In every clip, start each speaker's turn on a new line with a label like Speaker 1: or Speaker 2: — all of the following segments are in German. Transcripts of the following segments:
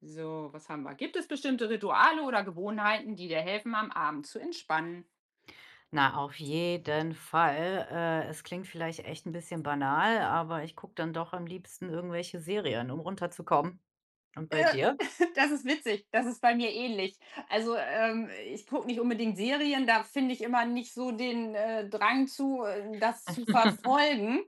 Speaker 1: So, was haben wir? Gibt es bestimmte Rituale oder Gewohnheiten, die dir helfen, am Abend zu entspannen?
Speaker 2: Na, auf jeden Fall. Es klingt vielleicht echt ein bisschen banal, aber ich gucke dann doch am liebsten irgendwelche Serien, um runterzukommen. Und bei dir?
Speaker 1: Das ist witzig, das ist bei mir ähnlich. Also, ich gucke nicht unbedingt Serien, da finde ich immer nicht so den, Drang zu, das zu verfolgen.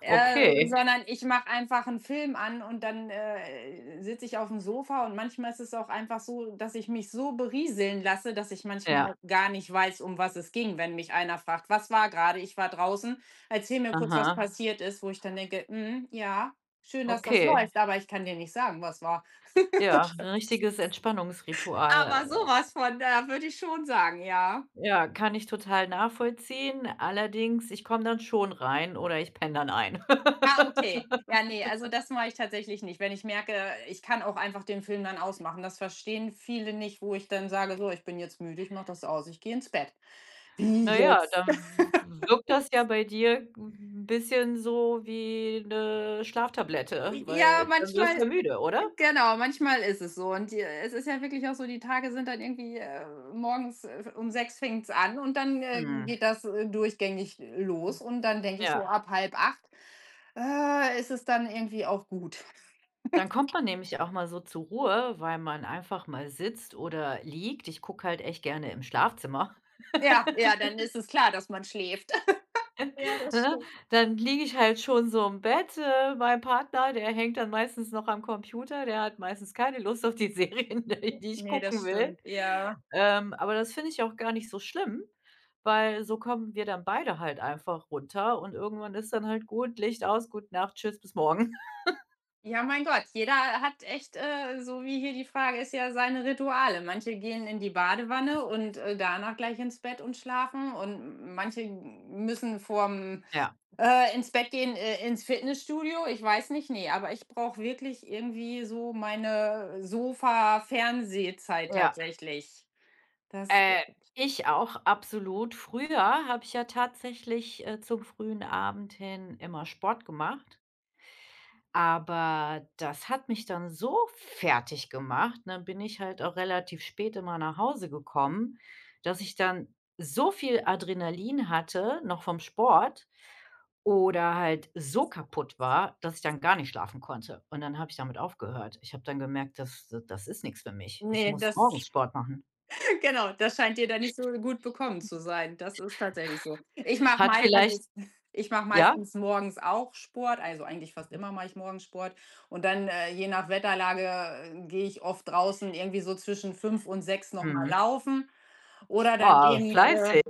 Speaker 2: Okay,
Speaker 1: Sondern ich mache einfach 'n Film an und dann, sitze ich aufm Sofa und manchmal ist es auch einfach so, dass ich mich so berieseln lasse, dass ich
Speaker 2: ja,
Speaker 1: manchmal gar nicht weiß, um was es ging, wenn mich einer fragt: „Was war grade? Ich war draußen. Erzähl mir kurz, was
Speaker 2: aha,
Speaker 1: passiert ist“, wo ich dann denke: „Mhm, ja, schön, dass das
Speaker 2: okay.
Speaker 1: läuft, aber ich kann dir nicht sagen, was war.“
Speaker 2: Ja, 'n richtiges
Speaker 1: Aber so
Speaker 2: Entspannungsritual.
Speaker 1: was von, da würde ich schon sagen, ja.
Speaker 2: Ja, kann ich total nachvollziehen. Allerdings, ich komme dann schon rein oder ich penne dann ein.
Speaker 1: Ah, okay. Ja, ne, also das mache ich tatsächlich nicht. Wenn ich merke, ich kann auch einfach den Film dann ausmachen. Das verstehen viele nicht, wo ich dann sage: „So, ich bin jetzt müde, ich mache das aus, ich gehe ins Bett.“ „Wie
Speaker 2: Na ja,
Speaker 1: jetzt?“
Speaker 2: dann wirkt das ja bei dir 'n bisschen so wie eine Schlaftablette,
Speaker 1: Ja,
Speaker 2: weil dann wirst du
Speaker 1: manchmal,
Speaker 2: ja müde, oder?
Speaker 1: genau, manchmal ist es so und, es ist ja wirklich auch so, die Tage sind dann irgendwie, morgens, um 6 fängt's an und dann,
Speaker 2: Mhm.
Speaker 1: geht das, durchgängig los und dann denke ich so
Speaker 2: Ja,
Speaker 1: ab 7:30, ist es dann irgendwie auch gut.
Speaker 2: dann kommt man nämlich auch mal so zur Ruhe, weil man einfach mal sitzt oder liegt. Ich gucke halt echt gerne im Schlafzimmer,
Speaker 1: Ja, ja, dann ist es klar, dass man schläft. Ja, das
Speaker 2: ne?
Speaker 1: stimmt.
Speaker 2: Dann liege ich halt schon so im Bett. Mein Partner, der hängt dann meistens noch am Computer, der hat meistens keine Lust auf die Serien, die die ich
Speaker 1: Ne, das
Speaker 2: gucken will.
Speaker 1: stimmt, ja.
Speaker 2: Aber das finde ich auch gar nicht so schlimm, weil so kommen wir dann beide halt einfach runter und irgendwann ist dann halt gut, Licht aus, gute Nacht, tschüss, bis morgen.
Speaker 1: Ja, mein Gott, jeder hat echt, so wie hier die Frage ist ja, seine Rituale. Manche gehen in die Badewanne und, danach gleich ins Bett und schlafen und manche müssen vorm,
Speaker 2: Ja,
Speaker 1: ins Bett gehen, ins Fitnessstudio. Ich weiß nicht, nee, aber ich brauche wirklich irgendwie so meine Sofa-Fernsehzeit
Speaker 2: ja.
Speaker 1: tatsächlich. Das
Speaker 2: Äh, Ich auch, absolut. Früher habe ich ja tatsächlich, zum frühen Abend hin immer Sport gemacht, aber das hat mich dann so fertig gemacht, dann bin ich halt auch relativ spät immer nach Hause gekommen, dass ich dann so viel Adrenalin hatte, noch vom Sport oder halt so kaputt war, dass ich dann gar nicht schlafen konnte und dann habe ich damit aufgehört. Ich habe dann gemerkt, das ist nichts für mich. Ich
Speaker 1: nee,
Speaker 2: muss
Speaker 1: das
Speaker 2: morgens Sport machen.
Speaker 1: Genau, das scheint dir dann nicht so gut bekommen zu sein. Das ist tatsächlich so.
Speaker 2: Hat vielleicht
Speaker 1: Ich mache
Speaker 2: ja?
Speaker 1: meistens morgens auch Sport, also eigentlich fast immer mache ich morgens Sport und dann, je nach Wetterlage, gehe ich oft draußen irgendwie so zwischen 5 und 6 noch mal
Speaker 2: Mhm.
Speaker 1: laufen oder dann
Speaker 2: Ah,
Speaker 1: eben,
Speaker 2: fleißig,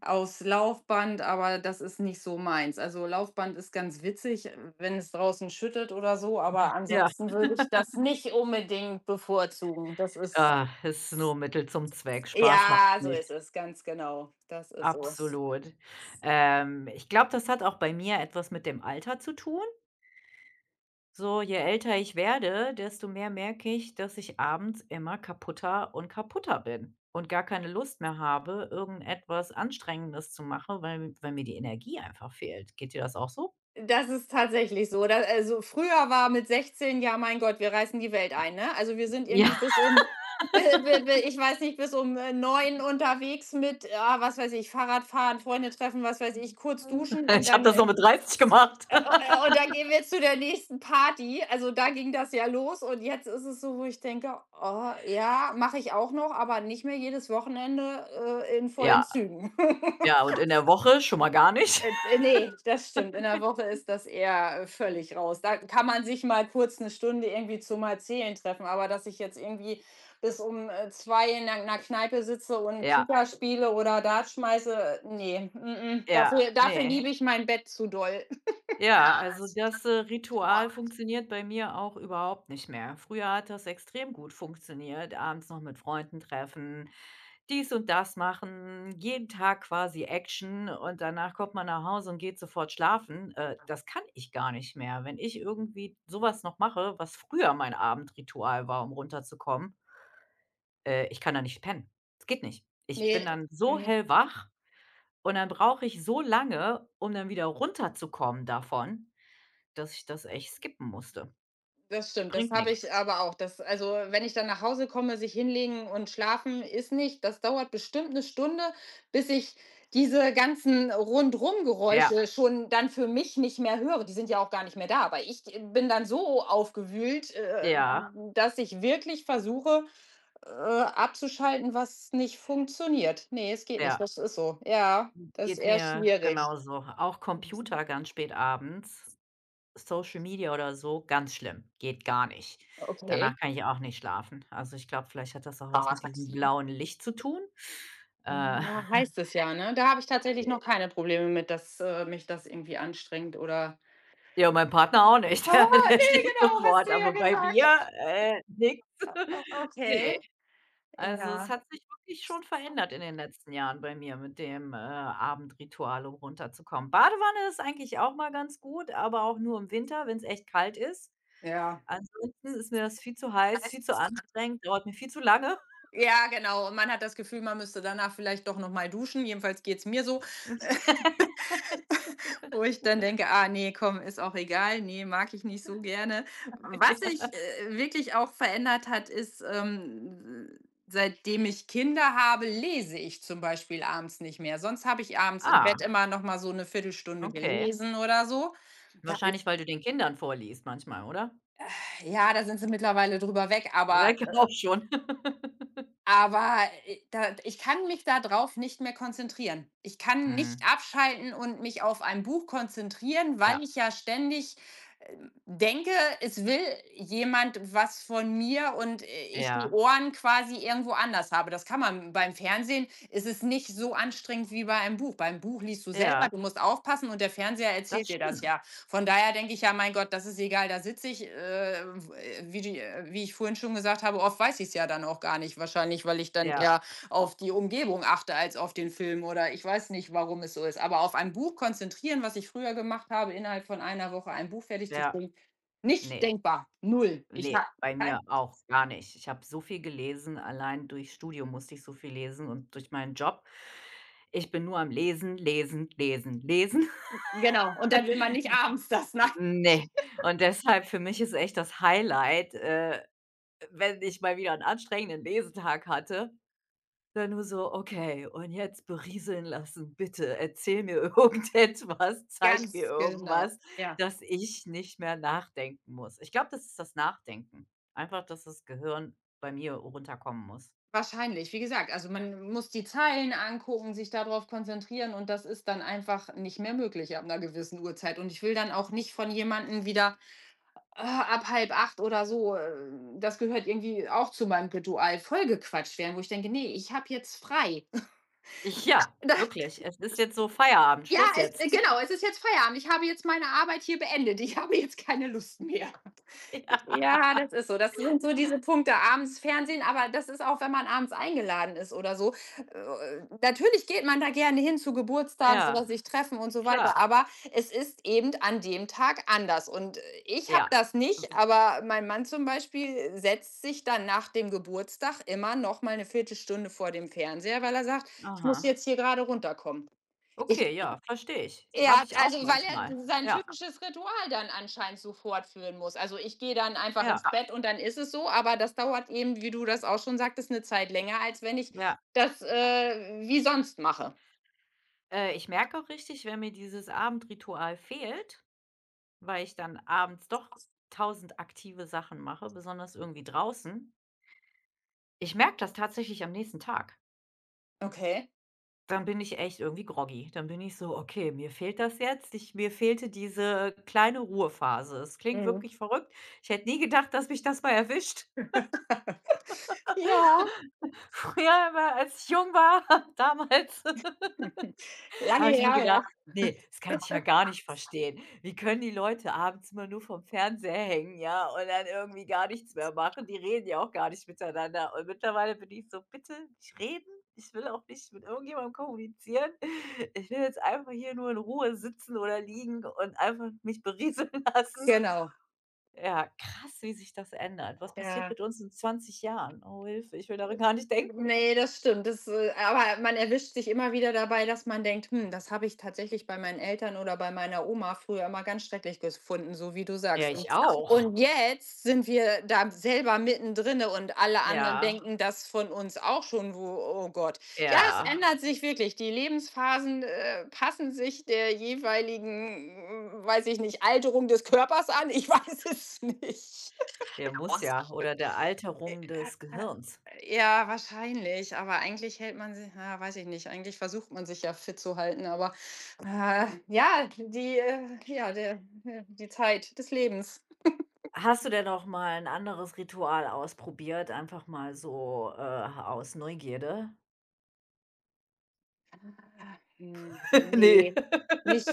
Speaker 1: aufs Laufband, aber das ist nicht so meins. Also, Laufband ist ganz witzig, wenn es draußen schüttet oder so, aber
Speaker 2: ja.
Speaker 1: ansonsten würde ich das nicht unbedingt bevorzugen. Das ist,
Speaker 2: Ah, es ist nur Mittel zum Zweck, Spaß macht's
Speaker 1: ja, so
Speaker 2: nicht.
Speaker 1: ist es, ganz genau. Das ist so.
Speaker 2: Absolut. Ich glaube, das hat auch bei mir etwas mit dem Alter zu tun. So, je älter ich werde, desto mehr merke ich, dass ich abends immer kaputter und kaputter bin und gar keine Lust mehr habe, irgendetwas Anstrengendes zu machen, weil mir die Energie einfach fehlt. Geht dir das auch so?
Speaker 1: Das ist tatsächlich so. Da also, früher war mit 16, ja, mein Gott, wir reißen die Welt ein, ne? Also, wir sind irgendwie
Speaker 2: Ja,
Speaker 1: bis um bi bi bi ich weiß nicht, bis um, 9 unterwegs mit, ah, was weiß ich, Fahrradfahren, Freunde treffen, was weiß ich, kurz duschen
Speaker 2: ich habe das noch mit 30 gemacht.
Speaker 1: und dann gehen wir zu der nächsten Party. Also, da ging das ja los und jetzt ist es so, wo ich denke: „Oh ja, mache ich auch noch, aber nicht mehr jedes Wochenende, in vollen
Speaker 2: Ja,
Speaker 1: Zügen.“
Speaker 2: ja, und in der Woche schon mal gar nicht.
Speaker 1: Ne, das stimmt. In der Woche ist das eher, völlig raus. Da kann man sich mal kurz eine Stunde irgendwie zum Erzählen treffen, aber dass ich jetzt irgendwie bis um, 2 in einer Kneipe sitze und
Speaker 2: Ja.
Speaker 1: Kicker spiele oder Dart schmeiße, ne, mm.
Speaker 2: Ja,
Speaker 1: Dafür
Speaker 2: ne.
Speaker 1: liebe ich mein Bett zu doll.
Speaker 2: Ja, also das, Ritual funktioniert bei mir auch überhaupt nicht mehr. Früher hat das extrem gut funktioniert, abends noch mit Freunden treffen, dies und das machen, jeden Tag quasi Action und danach kommt man nach Hause und geht sofort schlafen. Das kann ich gar nicht mehr. Wenn ich irgendwie so was noch mache, was früher mein Abendritual war, um runterzukommen, ich kann da nicht pennen. Es geht nicht. Ich bin
Speaker 1: Nee.
Speaker 2: dann so
Speaker 1: Ne.
Speaker 2: hellwach und dann brauche ich so lange, um dann wieder runterzukommen davon, dass ich das echt skippen musste.
Speaker 1: Das stimmt, das
Speaker 2: Bringt
Speaker 1: habe
Speaker 2: nix.
Speaker 1: ich aber auch. Das also, wenn ich dann nach Hause komme, sich hinlegen und schlafen ist nicht. Das dauert bestimmt eine Stunde, bis ich diese ganzen
Speaker 2: Ja,
Speaker 1: Rundrum-Geräusche schon dann für mich nicht mehr höre. Die sind ja auch gar nicht mehr da, aber ich bin dann so aufgewühlt,
Speaker 2: ja,
Speaker 1: dass ich wirklich versuche, abzuschalten, was nicht funktioniert. Ne, es geht nicht.
Speaker 2: ja.
Speaker 1: Das ist so. Ja, das ist
Speaker 2: Geht
Speaker 1: eher
Speaker 2: mir
Speaker 1: schwierig.
Speaker 2: genauso. Auch Computer ganz spät abends, Social Media oder so, ganz schlimm, geht gar nicht. Danach
Speaker 1: Okay.
Speaker 2: kann ich auch nicht schlafen. Also, ich glaube, vielleicht hat das auch was mit diesem blauen Licht zu tun. Äh,
Speaker 1: Ja, heißt es ja, ne? Da habe ich tatsächlich noch keine Probleme mit, dass, mich das irgendwie anstrengt oder
Speaker 2: ja, mein Partner auch nicht,
Speaker 1: ah,
Speaker 2: der der
Speaker 1: ne,
Speaker 2: schläft
Speaker 1: genau, hast du
Speaker 2: sofort,
Speaker 1: ja
Speaker 2: aber bei
Speaker 1: gesagt.
Speaker 2: mir, nix.
Speaker 1: O
Speaker 2: Ne.
Speaker 1: Okay,
Speaker 2: Also, es
Speaker 1: ja.
Speaker 2: hat sich wirklich schon verändert in den letzten Jahren bei mir mit dem, Abendritual, um runterzukommen. Badewanne ist eigentlich auch mal ganz gut, aber auch nur im Winter, wenn es echt kalt ist.
Speaker 1: Ja.
Speaker 2: Ansonsten ist mir das viel zu heiß,
Speaker 1: Alles
Speaker 2: viel zu
Speaker 1: ist verantwortlich.
Speaker 2: anstrengend, dauert mir viel zu lange.
Speaker 1: Ja, genau. Und man hat das Gefühl, man müsste danach vielleicht doch noch mal duschen. Jedenfalls geht's mir so. Wo ich dann denke: „Ah nee komm, ist auch egal. Nee, mag ich nicht so gerne.“ Was sich,
Speaker 2: Ja.
Speaker 1: wirklich auch verändert hat, ist, seitdem ich Kinder habe, lese ich zum Beispiel abends nicht mehr. Sonst habe ich abends im
Speaker 2: Ah,
Speaker 1: Bett immer noch mal so eine Viertelstunde
Speaker 2: okay.
Speaker 1: gelesen oder so. Da
Speaker 2: Wahrscheinlich, weil du den Kindern vorliest manchmal, oder?
Speaker 1: Ja, da sind sie mittlerweile drüber weg,
Speaker 2: Wecker auch schon.
Speaker 1: aber, da ich kann mich da drauf nicht mehr konzentrieren. Ich kann nicht
Speaker 2: Mhm.
Speaker 1: abschalten und mich auf ein Buch konzentrieren, weil
Speaker 2: Ja,
Speaker 1: ich ja ständig, denke, es will jemand was von mir und, ich die
Speaker 2: ja,
Speaker 1: Ohren quasi irgendwo anders habe. Das kann man beim Fernsehen ist es nicht so anstrengend wie bei einem Buch. Beim Buch liest du selber,
Speaker 2: ja,
Speaker 1: du musst aufpassen und der Fernseher
Speaker 2: das
Speaker 1: erzählt dir das
Speaker 2: stimmt.
Speaker 1: ja. Von daher denke ich, ja, mein Gott, das ist egal, da sitze ich, wie ich vorhin schon gesagt habe, oft weiß ich es ja dann auch gar nicht, wahrscheinlich, weil ich dann
Speaker 2: Ja,
Speaker 1: eher auf die Umgebung achte als auf den Film oder ich weiß nicht, warum es so ist. Aber auf ein Buch konzentrieren, was ich früher gemacht habe, innerhalb von einer Woche ein Buch fertig zu
Speaker 2: ja,
Speaker 1: bringen, nicht
Speaker 2: nee.
Speaker 1: denkbar, null. Ich,
Speaker 2: Ne,
Speaker 1: ha-
Speaker 2: bei
Speaker 1: kein-
Speaker 2: mir auch gar nicht. Ich habe so viel gelesen, allein durch Studium musste ich so viel lesen und durch meinen Job. Ich bin nur am Lesen, Lesen, Lesen, Lesen.
Speaker 1: Genau, und dann will man nicht abends das, nein,
Speaker 2: Ne, und deshalb für mich ist echt das Highlight, wenn ich mal wieder 'n anstrengenden Lesetag hatte. Dann nur so: „Okay, und jetzt berieseln lassen, bitte. Erzähl mir irgendetwas, zeig mir
Speaker 1: ganz genau,
Speaker 2: irgendwas,
Speaker 1: ja.
Speaker 2: dass ich nicht mehr nachdenken muss.“ Ich glaube, das ist das Nachdenken. Einfach, dass das Gehirn bei mir runterkommen muss.
Speaker 1: Wahrscheinlich, wie gesagt, also man muss die Zeilen angucken, sich darauf konzentrieren und das ist dann einfach nicht mehr möglich ab einer gewissen Uhrzeit. Und ich will dann auch nicht von jemandem wieder, ab halb acht oder so, das gehört irgendwie auch zu meinem Ritual, vollgequatscht werden, wo ich denke: „Nee, ich habe jetzt frei.“
Speaker 2: Ich ja,
Speaker 1: Da
Speaker 2: wirklich. Es ist jetzt so Feierabend,
Speaker 1: Ja,
Speaker 2: Schluss
Speaker 1: es
Speaker 2: jetzt.
Speaker 1: genau, es ist jetzt Feierabend. Ich habe jetzt meine Arbeit hier beendet. Ich habe jetzt keine Lust mehr.
Speaker 2: Ja,
Speaker 1: Ja, das ist so. Das sind so diese Punkte abends Fernsehen, aber das ist auch, wenn man abends eingeladen ist oder so. Natürlich geht man da gerne hin zu Geburtstags
Speaker 2: ja,
Speaker 1: oder sich treffen und so
Speaker 2: klar,
Speaker 1: weiter, aber es ist eben an dem Tag anders. Und, ich habe
Speaker 2: ja.
Speaker 1: das
Speaker 2: Hm,
Speaker 1: nicht, aber mein Mann zum Beispiel setzt sich dann nach dem Geburtstag immer noch mal 'ne Viertelstunde vor dem Fernseher, weil er sagt: „Ich muss
Speaker 2: aha.
Speaker 1: jetzt hier gerade runterkommen.“
Speaker 2: Okay, ja, verstehe ich.
Speaker 1: Ja,
Speaker 2: Habe ich auch
Speaker 1: also weil
Speaker 2: manchmal.
Speaker 1: er sein
Speaker 2: Ja,
Speaker 1: typisches Ritual dann anscheinend so fortführen muss. Also, ich gehe dann einfach ins
Speaker 2: ja,
Speaker 1: Bett und dann ist es so, aber das dauert eben, wie du das auch schon sagtest, 'ne Zeit länger, als wenn ich
Speaker 2: ja.
Speaker 1: das, wie sonst mache.
Speaker 2: Ich merke auch richtig, wenn mir dieses Abendritual fehlt, weil ich dann abends doch tausend aktive Sachen mache, besonders irgendwie draußen. Ich merke das tatsächlich am nächsten Tag.
Speaker 1: Okay.
Speaker 2: Dann bin ich echt irgendwie groggy. Dann bin ich so: „Okay, mir fehlt das jetzt. Ich mir fehlte diese kleine Ruhephase.“ Es klingt
Speaker 1: Mhm.
Speaker 2: wirklich verrückt. Ich hätte nie gedacht, dass mich das mal erwischt.
Speaker 1: Ja.
Speaker 2: Früher immer, als ich jung war, damals.
Speaker 1: Lange
Speaker 2: Habe ich mir
Speaker 1: her, ja.
Speaker 2: gedacht: nee, das kann ich ja gar nicht verstehen. Wie können die Leute abends immer nur vom Fernseher hängen, ja, und dann irgendwie gar nichts mehr machen? Die reden ja auch gar nicht miteinander.“ Und mittlerweile bin ich so: „Bitte nicht reden. Ich will auch nicht mit irgendjemandem kommunizieren. Ich will jetzt einfach hier nur in Ruhe sitzen oder liegen und einfach mich berieseln lassen.“
Speaker 1: Genau,
Speaker 2: Ja, krass, wie sich das ändert. Was passiert
Speaker 1: ja.
Speaker 2: mit uns in 20 Jahren? Oh, Hilfe, ich will daran gar nicht denken.
Speaker 1: Ne, das stimmt. Aber man erwischt sich immer wieder dabei, dass man denkt: „Hm, das habe ich tatsächlich bei meinen Eltern oder bei meiner Oma früher immer ganz schrecklich gefunden“, so wie du sagst.
Speaker 2: Ja,
Speaker 1: Und
Speaker 2: ich auch.
Speaker 1: und jetzt sind wir da selber mittendrin und alle anderen, ja,
Speaker 2: Ja,
Speaker 1: denken das von uns auch schon, wo, oh Gott. Ja, es, ja,
Speaker 2: ja.
Speaker 1: ändert sich wirklich. Die Lebensphasen, passen sich der jeweiligen, weiß ich nicht, Alterung des Körpers an. Ich weiß es nicht.
Speaker 2: Der muss ja. Oder der Alterung des Gehirns.
Speaker 1: Ja, wahrscheinlich, aber eigentlich hält man sich ja, weiß ich nicht, eigentlich versucht man sich ja fit zu halten, aber, ja, der die Zeit des Lebens.
Speaker 2: Hast du denn noch mal ein anderes Ritual ausprobiert, einfach mal so, aus Neugierde?
Speaker 1: Hm,
Speaker 2: Ne.
Speaker 1: ne, nicht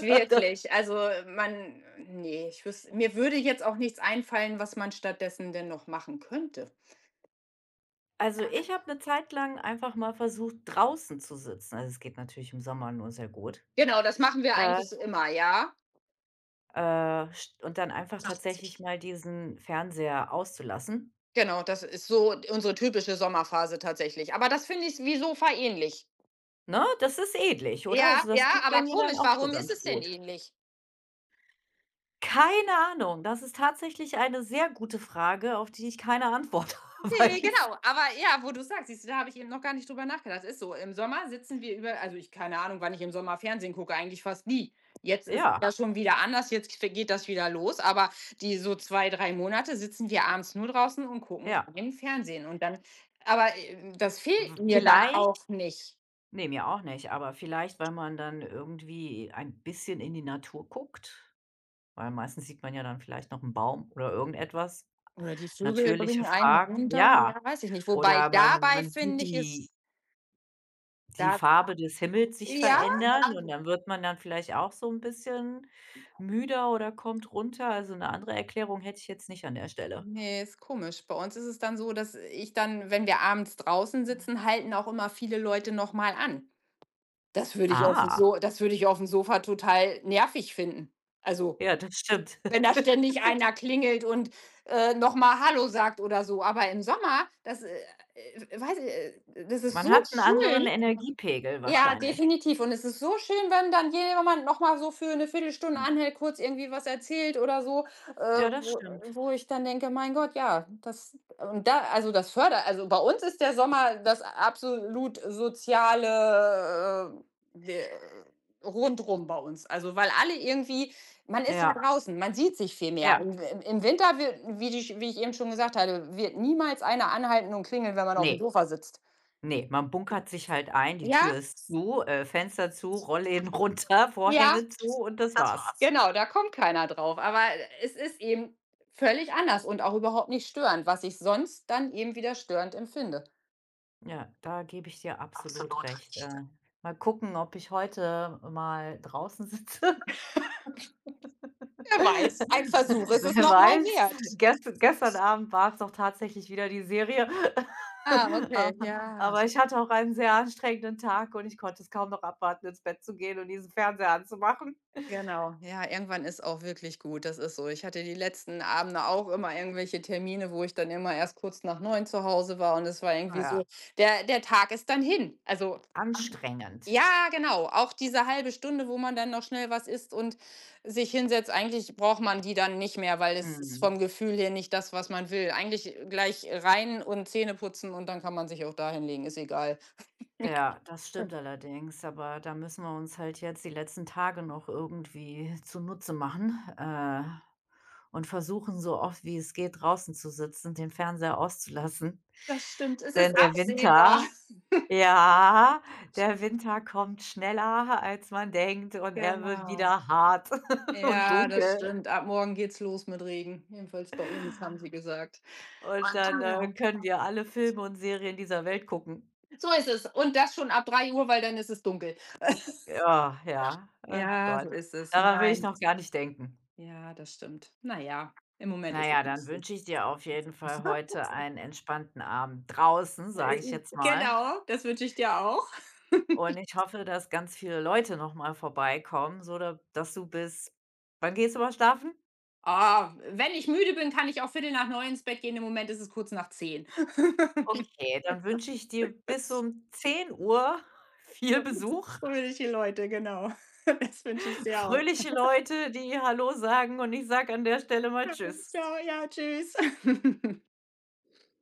Speaker 1: wirklich. Also, man nee, ich wüsste, mir würde jetzt auch nichts einfallen, was man stattdessen denn noch machen könnte.
Speaker 2: Also, ich habe eine Zeit lang einfach mal versucht, draußen zu sitzen. Also, es geht natürlich im Sommer nur sehr gut.
Speaker 1: Genau, das machen wir
Speaker 2: Äh,
Speaker 1: eigentlich immer, ja.
Speaker 2: st und dann einfach
Speaker 1: Ach,
Speaker 2: tatsächlich
Speaker 1: tatsächlich.
Speaker 2: mal diesen Fernseher auszulassen,
Speaker 1: Genau, das ist so unsere typische Sommerphase tatsächlich. Aber das finde ich s wie Sofa ähnlich.
Speaker 2: ne? Das ist ähnlich, oder?
Speaker 1: Ja,
Speaker 2: Also, das
Speaker 1: ja,
Speaker 2: wirkt
Speaker 1: aber
Speaker 2: bei mir
Speaker 1: komisch,
Speaker 2: dann auch so
Speaker 1: warum ist
Speaker 2: ganz
Speaker 1: es denn
Speaker 2: gut.
Speaker 1: ähnlich?
Speaker 2: Keine Ahnung. Das ist tatsächlich eine sehr gute Frage, auf die ich keine Antwort
Speaker 1: Ne,
Speaker 2: weiß.
Speaker 1: genau, aber ja, wo du sagst, siehst du, da habe ich eben noch gar nicht drüber nachgedacht. Ist so, im Sommer sitzen wir über, also, ich keine Ahnung, wann ich im Sommer Fernsehen gucke, eigentlich fast nie. Jetzt ist es
Speaker 2: Ja,
Speaker 1: ja schon wieder anders, jetzt f geht das wieder los, aber die so 2, 3 Monate sitzen wir abends nur draußen und gucken
Speaker 2: ja.
Speaker 1: kein Fernsehen und dann aber, das fehlt
Speaker 2: W
Speaker 1: mir dann
Speaker 2: vielleicht
Speaker 1: auch nicht.
Speaker 2: ne, mir auch nicht, aber vielleicht, weil man dann irgendwie ein bisschen in die Natur guckt, weil meistens sieht man ja dann vielleicht noch einen Baum oder irgendetwas.
Speaker 1: Oder die Vögel
Speaker 2: Natürliche
Speaker 1: bringen einen
Speaker 2: Fragen,
Speaker 1: runter,
Speaker 2: ja.
Speaker 1: ja, weiß ich nicht. Wobei
Speaker 2: Oder man
Speaker 1: dabei
Speaker 2: man sieht
Speaker 1: finde ich
Speaker 2: die
Speaker 1: es
Speaker 2: die
Speaker 1: das,
Speaker 2: Farbe des Himmels sich
Speaker 1: ja?
Speaker 2: verändern und dann wird man dann vielleicht auch so ein bisschen müder oder kommt runter. Also, eine andere Erklärung hätte ich jetzt nicht an der Stelle.
Speaker 1: Ne, ist komisch. Bei uns ist es dann so, dass ich dann, wenn wir abends draußen sitzen, halten auch immer viele Leute noch mal an.
Speaker 2: Ah,
Speaker 1: Das würde ich aufm Sofa total nervig finden. Also,
Speaker 2: ja, das stimmt.
Speaker 1: wenn da ständig einer klingelt und, noch mal „Hallo“ sagt oder so. Aber im Sommer, das, weiß i das ist
Speaker 2: Man
Speaker 1: so
Speaker 2: hat einen anderen
Speaker 1: schön.
Speaker 2: Energiepegel
Speaker 1: Ja,
Speaker 2: wahrscheinlich.
Speaker 1: definitiv. Und es ist so schön, wenn dann jemand noch mal so für 'ne Viertelstunde
Speaker 2: Hm,
Speaker 1: anhält, kurz irgendwie was erzählt oder so, äh,
Speaker 2: ja, das
Speaker 1: wo
Speaker 2: stimmt.
Speaker 1: wo ich dann denke: „Mein Gott, ja, das“ und da, also, das fördert also, bei uns ist der Sommer das absolut soziale, äh, äh, Rundrum bei uns. Also, weil alle irgendwie, man ist ja
Speaker 2: Ja,
Speaker 1: draußen, man sieht sich viel mehr.
Speaker 2: ja.
Speaker 1: Im Winter wird, wie ich eben schon gesagt hatte, wird niemals einer anhalten und klingeln, wenn man aufm
Speaker 2: Nee,
Speaker 1: Sofa sitzt.
Speaker 2: nee, man bunkert sich halt ein, die
Speaker 1: Ja?
Speaker 2: Tür ist zu, Fenster zu, Rollläden runter,
Speaker 1: Ja.
Speaker 2: Vorhänge zu und
Speaker 1: Und
Speaker 2: das
Speaker 1: das
Speaker 2: war's.
Speaker 1: war's. Genau, da kommt keiner drauf. Aber es ist eben völlig anders und auch überhaupt nicht störend, was ich sonst dann eben wieder störend empfinde.
Speaker 2: Ja, da gebe ich dir absolut recht. Mal gucken, ob ich heute mal draußen sitze.
Speaker 1: Wer weiß, ein Versuch ist es
Speaker 2: Wer
Speaker 1: noch mal
Speaker 2: weiß,
Speaker 1: wert.
Speaker 2: gestern Abend war es doch tatsächlich wieder die Serie.
Speaker 1: Ah,
Speaker 2: A
Speaker 1: okay, ja,
Speaker 2: aber ich hatte auch einen sehr anstrengenden Tag und ich konnte es kaum noch abwarten, ins Bett zu gehen und diesen Fernseher anzumachen.
Speaker 1: genau. Ja, irgendwann ist auch wirklich gut, das ist so. Ich hatte die letzten Abende auch immer irgendwelche Termine, wo ich dann immer erst kurz nach neun zu Hause war und es war irgendwie
Speaker 2: Ja,
Speaker 1: so, der Tag ist dann hin. Also,
Speaker 2: anstrengend.
Speaker 1: ja, genau. Auch diese halbe Stunde, wo man dann noch schnell was isst und sich hinsetzt, eigentlich braucht man die dann nicht mehr, weil es ist
Speaker 2: Mhm.
Speaker 1: vom Gefühl her nicht das, was man will. Eigentlich gleich rein und Zähne putzen und dann kann man sich auch da hinlegen, ist egal.
Speaker 2: Ja, das stimmt allerdings, aber da müssen wir uns halt jetzt die letzten Tage noch irgendwie zunutze machen, und versuchen, so oft wie es geht, draußen zu sitzen, den Fernseher auszulassen.
Speaker 1: Das stimmt, es
Speaker 2: Denn
Speaker 1: ist
Speaker 2: der
Speaker 1: absehbar.
Speaker 2: Winter Ja, der Winter kommt schneller, als man denkt, und er wird
Speaker 1: Genau.
Speaker 2: wieder hart und
Speaker 1: Ja, das
Speaker 2: dunkel.
Speaker 1: stimmt. Ab morgen geht's los mit Regen. Jedenfalls bei uns, haben sie gesagt.
Speaker 2: Und
Speaker 1: Und
Speaker 2: dann,
Speaker 1: ja,
Speaker 2: können wir alle Filme und Serien dieser Welt gucken.
Speaker 1: so ist es. Und das schon ab drei Uhr, weil dann ist es dunkel.
Speaker 2: Ja, ja,
Speaker 1: Ja, so
Speaker 2: Gott.
Speaker 1: ist es.
Speaker 2: Daran will ich
Speaker 1: Nein.
Speaker 2: noch gar nicht denken.
Speaker 1: Ja, das stimmt. Na ja, im Moment
Speaker 2: Na
Speaker 1: ist
Speaker 2: ja,
Speaker 1: es nicht
Speaker 2: dann
Speaker 1: so.
Speaker 2: wünsche ich dir auf jeden Fall heute einen entspannten Abend draußen, sage ich jetzt mal.
Speaker 1: Genau, das wünsche ich dir auch.
Speaker 2: Und ich hoffe, dass ganz viele Leute noch mal vorbeikommen, so da dass du bis wann gehst du mal schlafen?
Speaker 1: Ah, wenn ich müde bin, kann ich auch 8:45 ins Bett gehen. Im Moment ist es kurz nach 10.
Speaker 2: Okay, dann wünsche ich dir bis um 10 Uhr viel
Speaker 1: So,
Speaker 2: Besuch,
Speaker 1: so bin ich die Leute, genau. Das wünsche ich dir auch.
Speaker 2: fröhliche Leute, die „Hallo“ sagen und ich sage an der Stelle mal
Speaker 1: Alles,
Speaker 2: „Tschüss“.
Speaker 1: ja, tschüss.